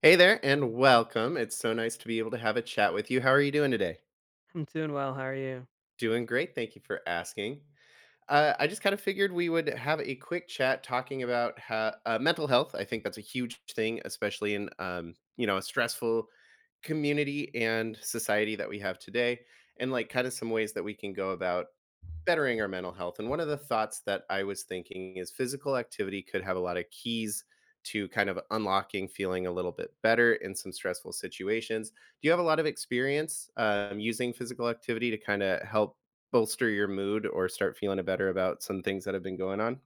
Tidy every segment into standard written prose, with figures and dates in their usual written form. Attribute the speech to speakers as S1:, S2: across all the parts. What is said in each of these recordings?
S1: Hey there and welcome. It's so nice to be able to have a chat with you. How are you doing today?
S2: I'm doing well. How are you?
S1: Doing great. Thank you for asking. I just kind of figured we would have a quick chat talking about mental health. I think that's a huge thing, especially in a stressful community and society that we have today, and like kind of some ways that we can go about bettering our mental health. And one of the thoughts that I was thinking is physical activity could have a lot of keys to kind of unlocking feeling a little bit better in some stressful situations. Do you have a lot of experience using physical activity to kind of help bolster your mood or start feeling better about some things that have been going on?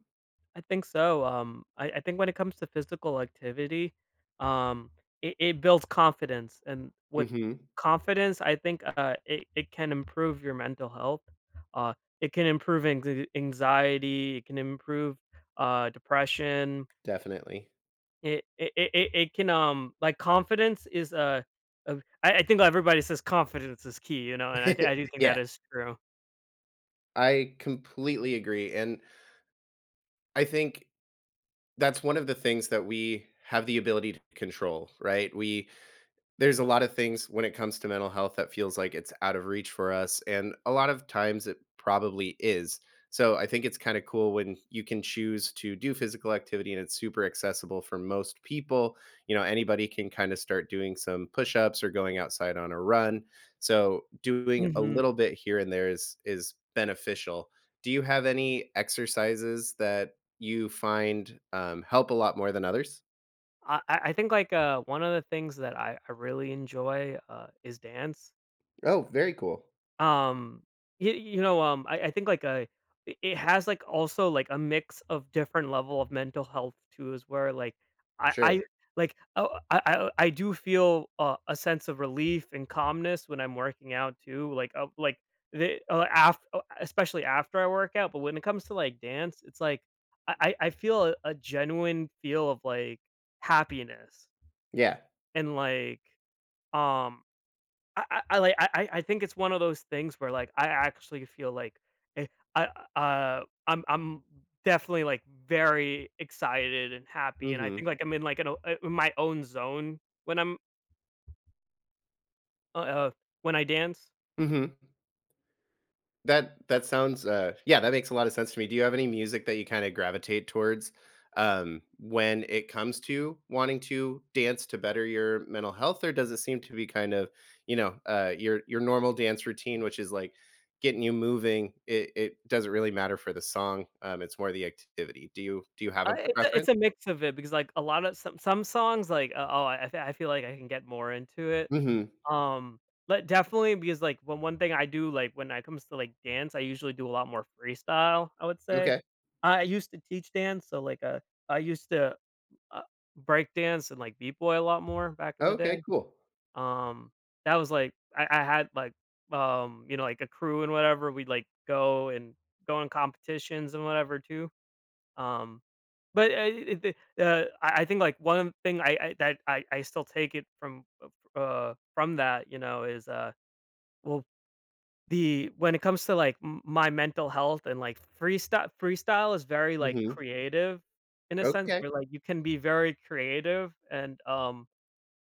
S2: I think so. I think when it comes to physical activity, um, it builds confidence, and with
S1: Mhm,
S2: confidence, I think it can improve your mental health. Uh, it can improve anxiety. It can improve depression.
S1: definitely.
S2: It can like confidence is uh, I think everybody says confidence is key, you know, and I do think that
S1: Yeah,
S2: is true.
S1: I completely agree, and I think that's one of the things that we have the ability to control, right? We There's a lot of things when it comes to mental health that feels like it's out of reach for us, and a lot of times it probably is. So I think it's kind of cool when you can choose to do physical activity, and it's super accessible for most people. You know, anybody can kind of start doing some push-ups or going outside on a run. So doing a little bit here and there is beneficial. Do you have any exercises that you find help a lot more than others?
S2: I think, like, one of the things that I really enjoy, is dance.
S1: Oh, very cool.
S2: Um, you know, I think, like, it has, like, also, like, a mix of different level of mental health too is where, like, I
S1: Sure.
S2: like, oh, I do feel a sense of relief and calmness when I'm working out too, like, the af especially after I work out, but when it comes to, like, dance, it's like I feel a genuine feel of, like, happiness.
S1: Yeah.
S2: And like, um, I like, I think it's one of those things where like I actually feel like eh, I, uh, I'm definitely like very excited and happy, and I
S1: Hmm.
S2: think like I'm in like in my own zone when uh, uh, when I dance.
S1: Mhm. That sounds, yeah, that makes a lot of sense to me. Do you have any music that you kinda gravitate towards, when it comes to wanting to dance to better your mental health, or does it seem to be kind of, you know, your normal dance routine, which is, like, getting you moving, it doesn't really matter for the song, it's more the activity. Do you have
S2: Uh,
S1: a
S2: it's a it's a
S1: preference?
S2: mix of it because, like, a lot of some songs, like, oh, I feel like I can get more into it.
S1: Mhm.
S2: Um, but definitely because, like, one thing I do, like, when it comes to, like, dance, I usually do a lot more freestyle, I would say.
S1: Okay.
S2: I used to teach dance, so, like, I used to, uh, break dance and, like, Beat Boy a lot more back in the
S1: Okay,
S2: day.
S1: cool.
S2: Um, that was, like I had, like, you know, like, a crew and whatever, we'd, like, go in competitions and whatever too. Um, I think like one thing I that I still take it from that you know is well the when it comes to like my mental health and like freestyle is very like
S1: Mhm.
S2: creative in a sense
S1: Okay.
S2: where like you can be very creative and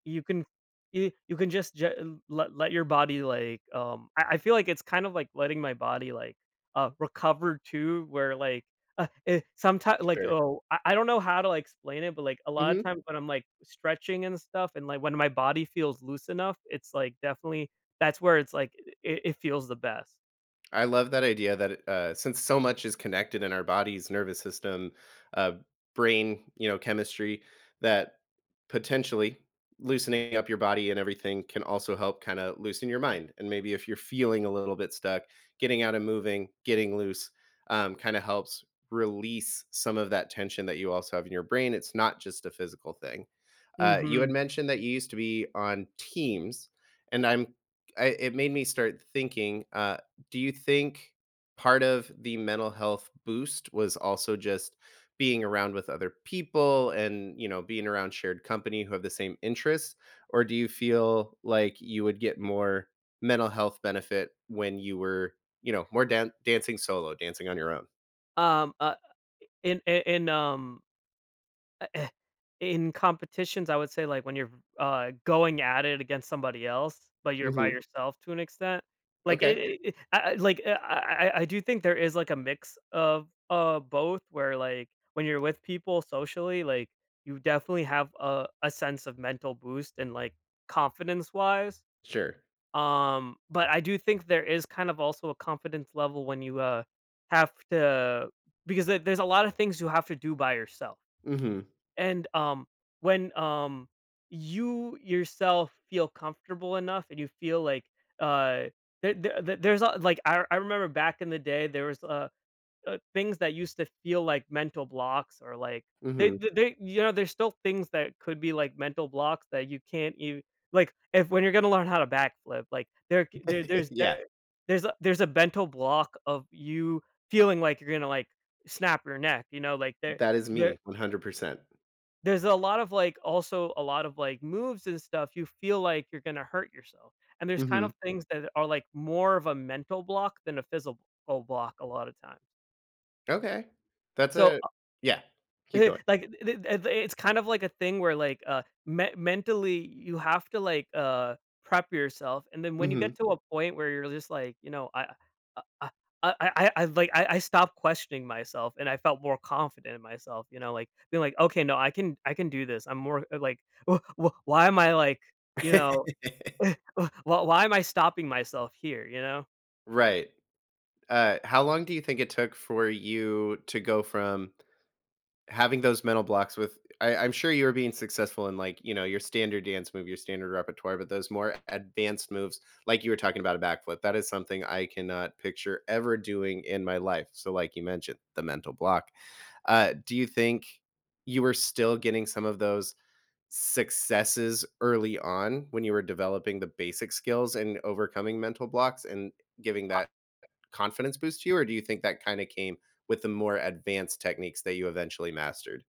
S2: you can you you can just ju let your body, like, I feel like it's kind of like letting my body, like, recover too, where, like, uh, sometimes like,
S1: Sure.
S2: oh, I don't know how to, like, explain it, but, like, a lot of
S1: Mhm.
S2: times when I'm, like, stretching and stuff and, like, when my body feels loose enough, it's, like, definitely that's where it's, like, it feels the best.
S1: I love that idea that since so much is connected in our bodies, nervous system, uh, brain, you know, chemistry, that potentially loosening up your body and everything can also help kind of loosen your mind. And maybe if you're feeling a little bit stuck, getting out and moving, getting loose, kind of helps release some of that tension that you also have in your brain. It's not just a physical thing. You had
S2: Mhm.
S1: mentioned that you used to be on teams, and it made me start thinking. Do you think part of the mental health boost was also just being around with other people, and you know, being around shared company who have the same interests, or do you feel like you would get more mental health benefit when you were, you know, more dancing solo, dancing on your own?
S2: Um, uh, In in and, um In competitions, I would say, like, when you're, going at it against somebody else, but you're by
S1: Mhm.
S2: yourself to an extent, like, it
S1: Okay.
S2: it it I like, I do think there is, like, a mix of, both where, like, when you're with people socially, like, you definitely have a sense of mental boost and, like, confidence-wise,
S1: Sure.
S2: but I do think there is kind of also a confidence level when you, have to because there's a lot of things you have to do by yourself.
S1: Mhm.
S2: And, when, you yourself feel comfortable enough and you feel like, uh, like I remember back in the day there was things that used to feel like mental blocks or like
S1: Mhm.
S2: you know there's still things that could be like mental blocks that you can't even like if when you're gonna learn how to backflip like
S1: Yeah.
S2: there's a mental block of you feeling like you're gonna like snap your neck you know like
S1: That is
S2: there
S1: me 100%.
S2: there's a lot of, like also a lot of, like, moves and stuff, you feel like you're gonna hurt yourself, and there's kind
S1: Mhm.
S2: of things that are, like, more of a mental block than a physical block a lot of times.
S1: Okay. That's
S2: So
S1: a Yeah. Keep going.
S2: Like, th th it's kind of like a thing where, like, me mentally, you have to, like, prep yourself, and then when you get
S1: Mhm.
S2: to a point where you're just like, you know, I I like, I stopped questioning myself, and I felt more confident in myself, you know, like, being like, "Okay, no, I can do this." I'm more like, "Wh wh why am I like, you know, wh why am I stopping myself here?" You know?
S1: Right. How long do you think it took for you to go from having those mental blocks with I'm sure you were being successful in, like, you know, your standard dance move, your standard repertoire, but those more advanced moves, like you were talking about a backflip, that is something I cannot picture ever doing in my life. So, like you mentioned, the mental block. Do you think you were still getting some of those successes early on when you were developing the basic skills and overcoming mental blocks and giving that confidence boost to you? Or do you think that kind of came with the more advanced techniques that you eventually mastered?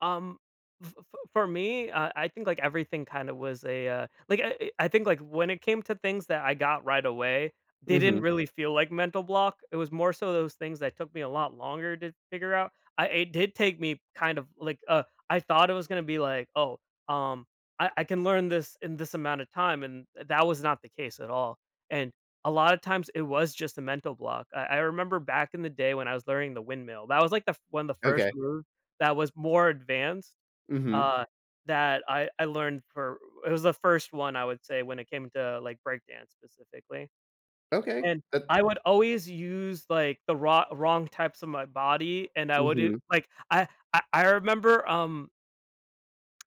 S2: Um, f f For me, I think, like, everything kinda was like, I think, like, when it came to things that I got right away, they didn't
S1: Mhm.
S2: really feel like mental block. It was more so those things that took me a lot longer to figure out. I It did take me kind of like, I thought it was gonna be like, "Oh, um, I can learn this in this amount of time," and that was not the case at all. And a lot of times, it was just a mental block. I remember back in the day when I was learning the windmill, that was, like, the f one of the first
S1: Okay.
S2: moves that was more advanced,
S1: Mhm.
S2: uh, that I learned for it was the first one, I would say, when it came to, like, breakdance specifically,
S1: Okay.
S2: and
S1: That
S2: I would always use, like, the raw wrong types of my body, and I would do
S1: Mhm.
S2: like, I remember,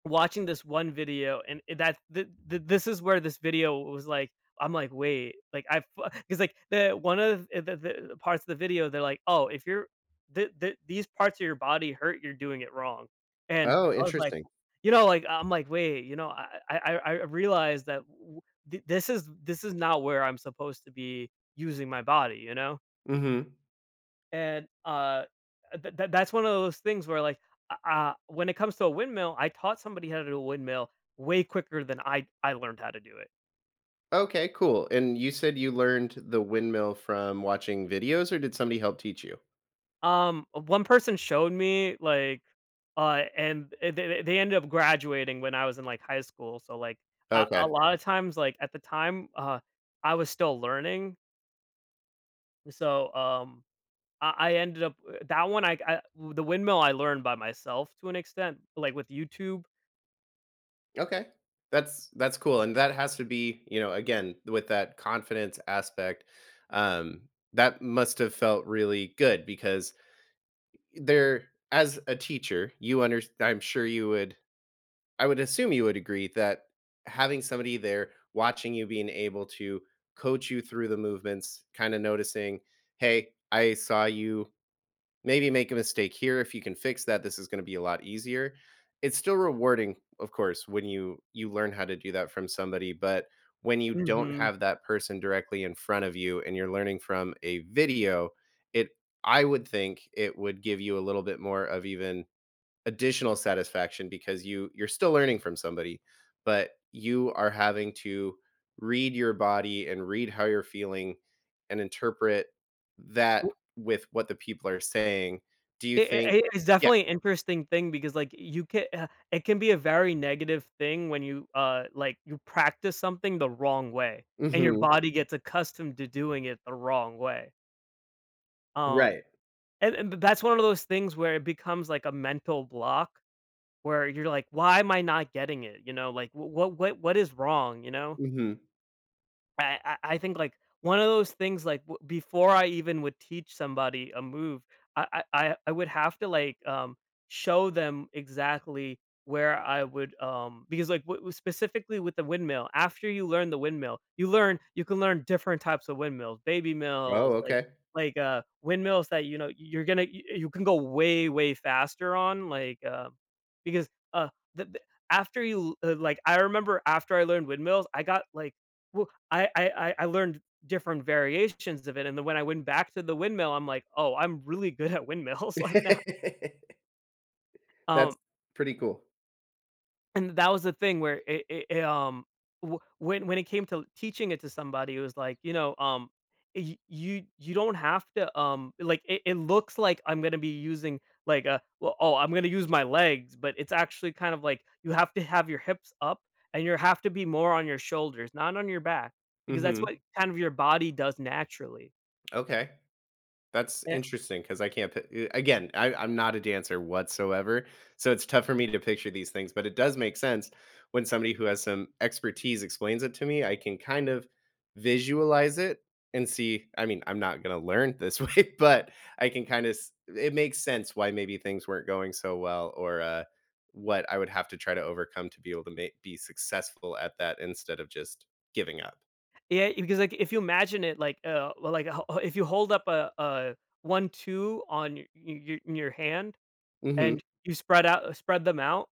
S2: watching this one video and this is where this video was like I'm like wait like I because like the one of the parts of the video they're like oh if you're these parts of your body hurt you're doing it wrong and
S1: Oh,
S2: I was like
S1: interesting.
S2: you know like I'm like wait you know I realized that this is not where I'm supposed to be using my body you know
S1: Mhm.
S2: and, th th that's one of those things where, like, when it comes to a windmill, I taught somebody how to do a windmill way quicker than I learned how to do it.
S1: Okay, cool. And you said you learned the windmill from watching videos, or did somebody help teach you?
S2: One person showed me, like, and they ended up graduating when I was in, like, high school, so, like, a
S1: Okay.
S2: lot of times, like, at the time, I was still learning, so, I ended up that one, I the windmill I learned by myself to an extent, like, with YouTube.
S1: Okay. That's cool. And that has to be, you know, again, with that confidence aspect, um, that must have felt really good because there as a teacher, you under I'm sure you would I would assume you would agree that having somebody there watching you, being able to coach you through the movements, kind of noticing, hey, I saw you maybe make a mistake here. If you can fix that, this is going to be a lot easier. It's still rewarding, of course, when you learn how to do that from somebody, but when you don't
S2: Mhm.
S1: have that person directly in front of you and you're learning from a video, it I would think it would give you a little bit more of even additional satisfaction, because you're still learning from somebody, but you are having to read your body and read how you're feeling and interpret that with what the people are saying. Do you
S2: It
S1: think
S2: it it's
S1: Yeah.
S2: definitely an interesting thing because, like, you can it can be a very negative thing when you, like, you practice something the wrong way, and your
S1: Mhm.
S2: body gets accustomed to doing it the wrong way. Um,
S1: Right.
S2: and that's one of those things where it becomes, like, a mental block where you're like, "Why am I not getting it?" You know, like, "Wh what is wrong?" You know?
S1: Mhm.
S2: I think, like, one of those things, like, w before I even would teach somebody a move, I I I would have to, like, show them exactly where I would, because, like, w w specifically with the windmill, after you learn the windmill, you can learn different types of windmills, baby
S1: Oh,
S2: mills, like
S1: okay.
S2: windmills that, you know, you're gonna you can go way, way faster on, like, because, uh, the after you, like I remember after I learned windmills, I got, like, w I learned different variations of it, and then when I went back to the windmill, I'm like, "Oh, I'm really good at windmills," like, now.
S1: That's
S2: Um,
S1: pretty cool.
S2: and that was the thing where it, w when it came to teaching it to somebody, it was like, you know, you don't have to, like, It looks like I'm gonna be using, like, oh, I'm gonna use my legs, but it's actually kind of like you have to have your hips up, and you have to be more on your shoulders, not on your back, because that's
S1: Mhm.
S2: what kind of your body does naturally."
S1: Okay. That's interesting because I can't pi eh, again, I'm not a dancer whatsoever, so it's tough for me to picture these things, but it does make sense when somebody who has some expertise explains it to me. I can kind of visualize it and see. I'm not gonna learn this way, but I can kinda s it makes sense why maybe things weren't going so well, or, what I would have to try to overcome to be able to ma be successful at that instead of just giving up.
S2: Yeah, because like if you imagine it like like if you hold up a one two on your hand
S1: Mhm,
S2: and you spread out spread them out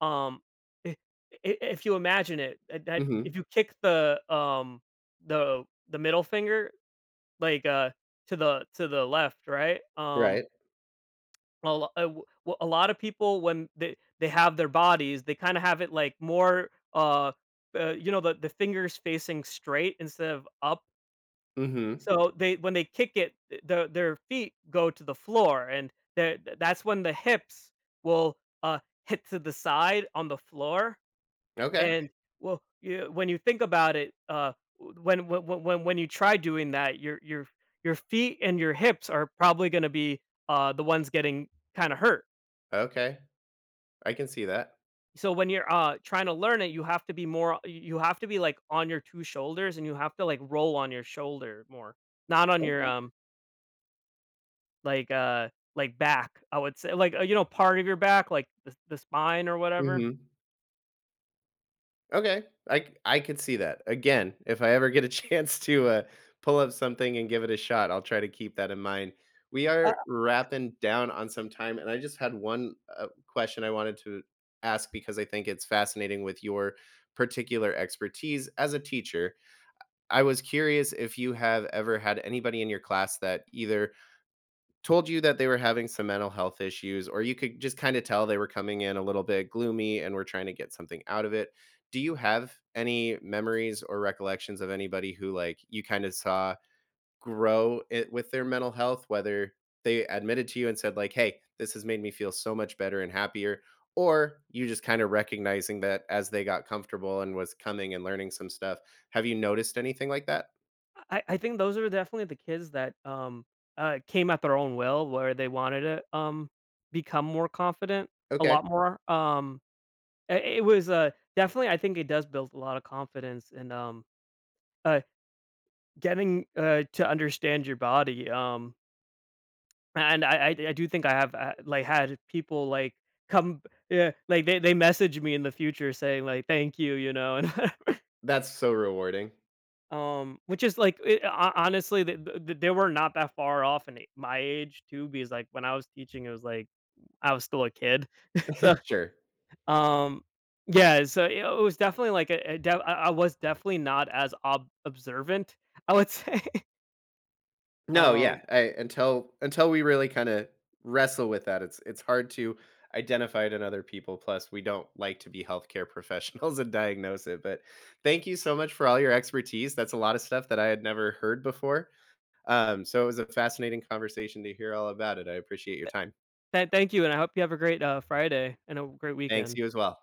S2: um i- if you imagine it that if
S1: mhm,
S2: you kick the the the middle finger like to the left right
S1: right,
S2: a, lo- a w- w- a lot of people when they have their bodies they kind of have it like more you know the fingers facing straight instead of up.
S1: mhm.
S2: So they when they kick it, th their feet go to the floor, and the that's when the hips will, uh, hit to the side on the floor. Okay.
S1: Okay,
S2: And, well, you when you think about it, when you try doing that, your feet and your hips are probably gonna be, the ones getting kinda hurt.
S1: okay. I can see that.
S2: So when you're, trying to learn it, you have to be, like, on your two shoulders, and you have to, like, roll on your shoulder more, not on
S1: Okay.
S2: Like, uh, like back, I would say, like, you know, part of your back, like the spine or whatever.
S1: Mhm. Okay. I could see that. Again, if I ever get a chance to, pull up something and give it a shot, I'll try to keep that in mind. We are wrapping down on some time, and I just had one, question I wanted to ask, because I think it's fascinating with your particular expertise as a teacher. I was curious if you have ever had anybody in your class that either told you that they were having some mental health issues, or you could just kind of tell they were coming in a little bit gloomy and were trying to get something out of it. Do you have any memories or recollections of anybody who, like, you kind of saw grow it with their mental health, whether they admitted to you and said, like, hey, this has made me feel so much better and happier, or you just kind of recognizing that as they got comfortable and was coming and learning some stuff? Have you noticed anything like that?
S2: I think those are definitely the kids that, came at their own will where they wanted to, become more confident a
S1: Okay.
S2: lot more. I it was, definitely I think it does build a lot of confidence and, uh, getting, to understand your body. And I do think I have, like, had people, like, come, yeah, like, they message me in the future saying, like, "Thank you," you know? And
S1: That's so rewarding.
S2: Which is like it ho honestly, th th they were not that far off in my age too, because, like, when I was teaching, it was like I was still a kid. So,
S1: Sure.
S2: um yeah, so it was definitely like a def I was definitely not as ob observant, I would say.
S1: No, yeah,
S2: Um,
S1: I until we really kinda wrestle with that, it's hard to identify it in other people. Plus we don't like to be healthcare professionals and diagnose it, but thank you so much for all your expertise. That's a lot of stuff that I had never heard before, so it was a fascinating conversation to hear all about it. I appreciate your time.
S2: thank you, and I hope you have a great, Friday and a great
S1: Thanks,
S2: weekend.
S1: you as well.